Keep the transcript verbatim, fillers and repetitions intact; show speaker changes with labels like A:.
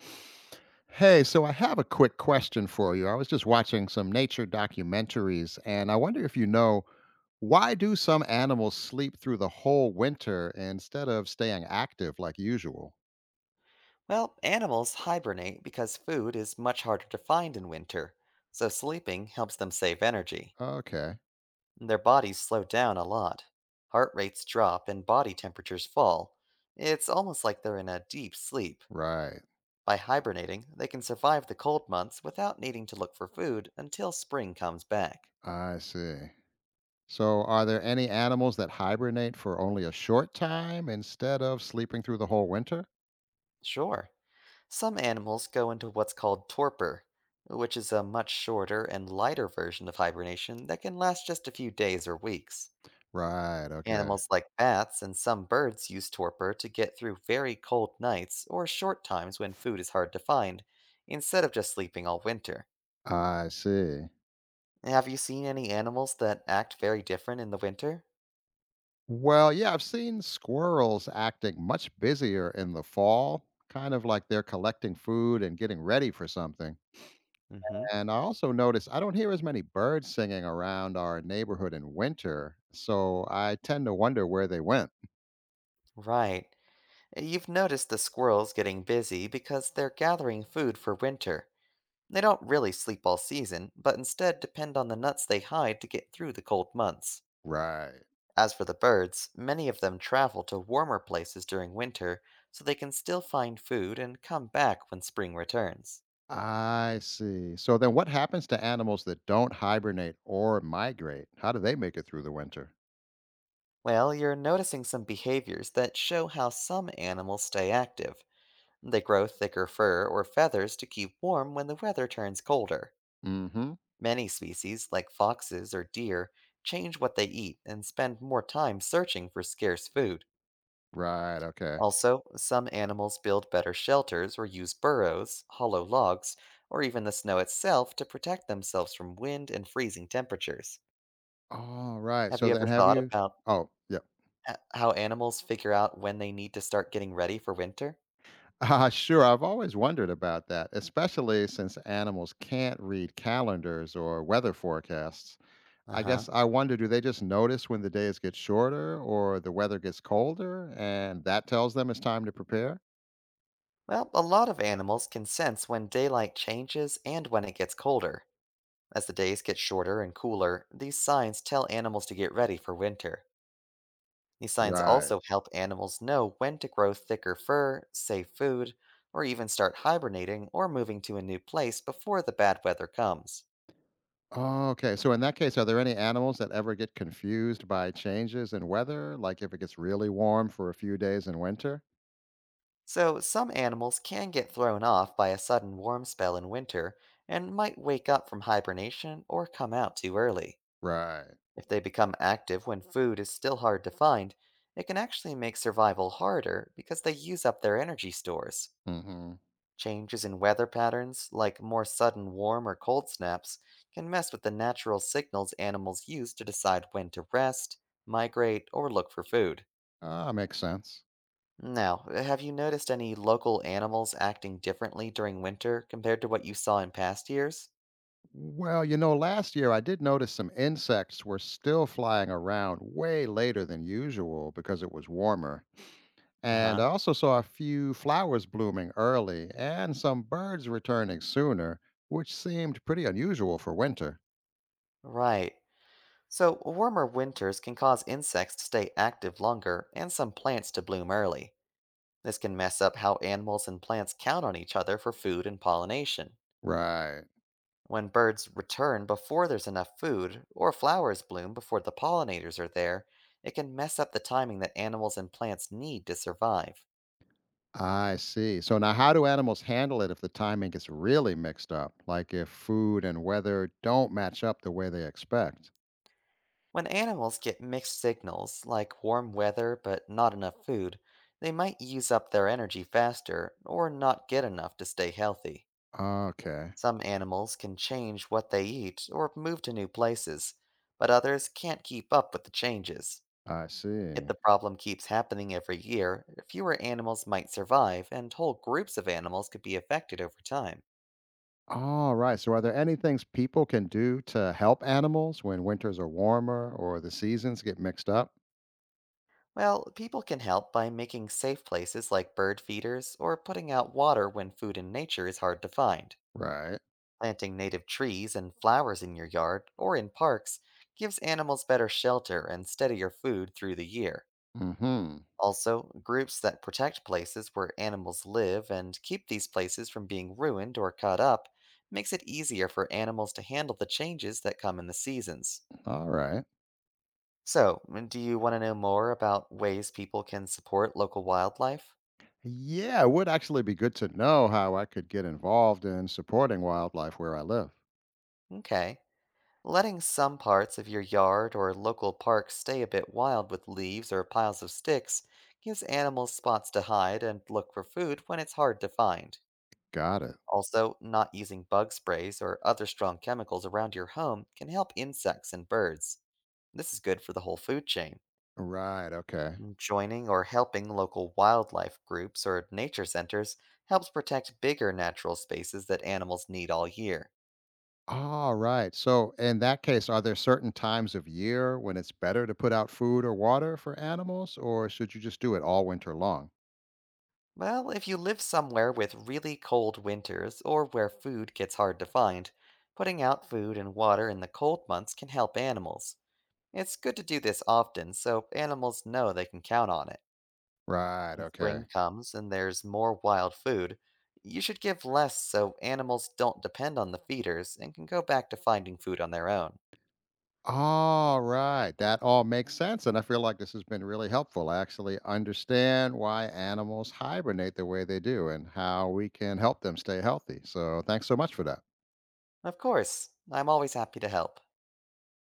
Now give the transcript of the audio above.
A: Hey, so I have a quick question for you. I was just watching some nature documentaries and I wonder if you know why do some animals sleep through the whole winter instead of staying active like usual?
B: Well, animals hibernate because food is much harder to find in winter, so sleeping helps them save energy.
A: Okay,
B: Their bodies slow down a lot. Heart rates drop and body temperatures fall. It's almost like they're in a deep sleep.
A: right.
B: By hibernating, they can survive the cold months without needing to look for food until spring comes back.
A: I see. So are there any animals that hibernate for only a short time instead of sleeping through the whole winter?
B: Sure, some animals go into what's called torpor, which is a much shorter and lighter version of hibernation that can last just a few days or weeks.
A: Right, okay.
B: Animals like bats and some birds use torpor to get through very cold nights or short times when food is hard to find, instead of just sleeping all winter.
A: I see.
B: Have you seen any animals that act very different in the winter?
A: Well, yeah, I've seen squirrels acting much busier in the fall, kind of like they're collecting food and getting ready for something.
B: Hmm.
A: And I also notice I don't hear as many birds singing around our neighborhood in winter, so I tend to wonder where they went.
B: Right. Eh, You've noticed the squirrels getting busy because they're gathering food for winter. They don't really sleep all season, but instead depend on the nuts they hide to get through the cold months.
A: Right.
B: As for the birds, many of them travel to warmer places during winter so they can still find food and come back when spring returns.
A: I see. So then what happens to animals that don't hibernate or migrate? How do they make it through the winter?
B: Well, you're noticing some behaviors that show how some animals stay active. They grow thicker fur or feathers to keep warm when the weather turns colder.
A: Mm. Mhm.
B: Many species, like foxes or deer, change what they eat and spend more time searching for scarce food.
A: Right, okay.
B: Also, some animals build better shelters or use burrows, hollow logs, or even the snow itself to protect themselves from wind and freezing temperatures.
A: All right.
B: Have
A: So
B: you ever
A: then have
B: thought
A: you—
B: about
A: oh, yeah.
B: h- how animals figure out when they need to start getting ready for winter?
A: Uh, sure, I've always wondered about that, especially since animals can't read calendars or weather forecasts.
B: Uh
A: I
B: huh.
A: guess I wonder, do they just notice when the days get shorter or the weather gets colder and that tells them it's time to prepare?
B: Well, a lot of animals can sense when daylight changes and when it gets colder. As the days get shorter and cooler, these signs tell animals to get ready for winter. These signs
A: Right.
B: also help animals know when to grow thicker fur, save food, or even start hibernating or moving to a new place before the bad weather comes.
A: Oh, okay. So, in that case, are there any animals that ever get confused by changes in weather? Like if it gets really warm for a few days in winter?
B: So, some animals can get thrown off by a sudden warm spell in winter and might wake up from hibernation or come out too early.
A: Right.
B: If they become active when food is still hard to find, it can actually make survival harder because they use up their energy stores.
A: Mm hmm.
B: Changes in weather patterns, like more sudden warm or cold snaps, can mess with the natural signals animals use to decide when to rest, migrate, or look for food.
A: Ah, makes sense.
B: Now, have you noticed any local animals acting differently during winter compared to what you saw in past years?
A: Well, you know, last year I did notice some insects were still flying around way later than usual because it was warmer.
B: Uh
A: And I
B: huh.
A: also saw a few flowers blooming early and some birds returning sooner, which seemed pretty unusual for winter.
B: Right. So, warmer winters can cause insects to stay active longer and some plants to bloom early. This can mess up how animals and plants count on each other for food and pollination.
A: Right.
B: When birds return before there's enough food, or flowers bloom before the pollinators are there, it can mess up the timing that animals and plants need to survive.
A: I see. So now, how do animals handle it if the timing gets really mixed up? Like if food and weather don't match up the way they expect?
B: When animals get mixed signals, like warm weather but not enough food, they might use up their energy faster or not get enough to stay healthy.
A: Okay.
B: Some animals can change what they eat or move to new places, but others can't keep up with the changes.
A: I
B: If
A: see.
B: the problem keeps happening every year, fewer animals might survive, and whole groups of animals could be affected over time.
A: All right. So, are there any things people can do to help animals when winters are warmer or the seasons get mixed up?
B: Well, people can help by making safe places like bird feeders or putting out water when food in nature is hard to find.
A: Right.
B: Planting native trees and flowers in your yard or in parks gives animals better shelter and steadier food through the year.
A: Hmm.
B: Also, groups that protect places where animals live and keep these places from being ruined or cut up makes it easier for animals to handle the changes that come in the seasons.
A: All right.
B: So, mm, do you want to know more about ways people can support local wildlife?
A: Yeah, it would actually be good to know how I could get involved in supporting wildlife where I live.
B: Okay. Letting some parts of your yard or local park stay a bit wild with leaves or piles of sticks gives animals spots to hide and look for food when it's hard to find.
A: Got it.
B: Also, not using bug sprays or other strong chemicals around your home can help insects and birds. This is good for the whole food chain.
A: Right. Okay.
B: Joining or helping local wildlife groups or nature centers helps protect bigger natural spaces that animals need all year.
A: All right. So, in that case, are there certain times of year when it's better to put out food or water for animals, or should you just do it all winter long?
B: Well, if you live somewhere with really cold winters or where food gets hard to find, putting out food and water in the cold months can help animals. It's good to do this often so animals know they can count on it.
A: Right.
B: When
A: Okay.
B: spring comes and there's more wild food, you should give less so animals don't depend on the feeders and can go back to finding food on their own.
A: All right. That all makes sense. And I feel like this has been really helpful. I actually understand why animals hibernate the way they do and how we can help them stay healthy. So thanks so much for that.
B: Of course, I'm always happy to help.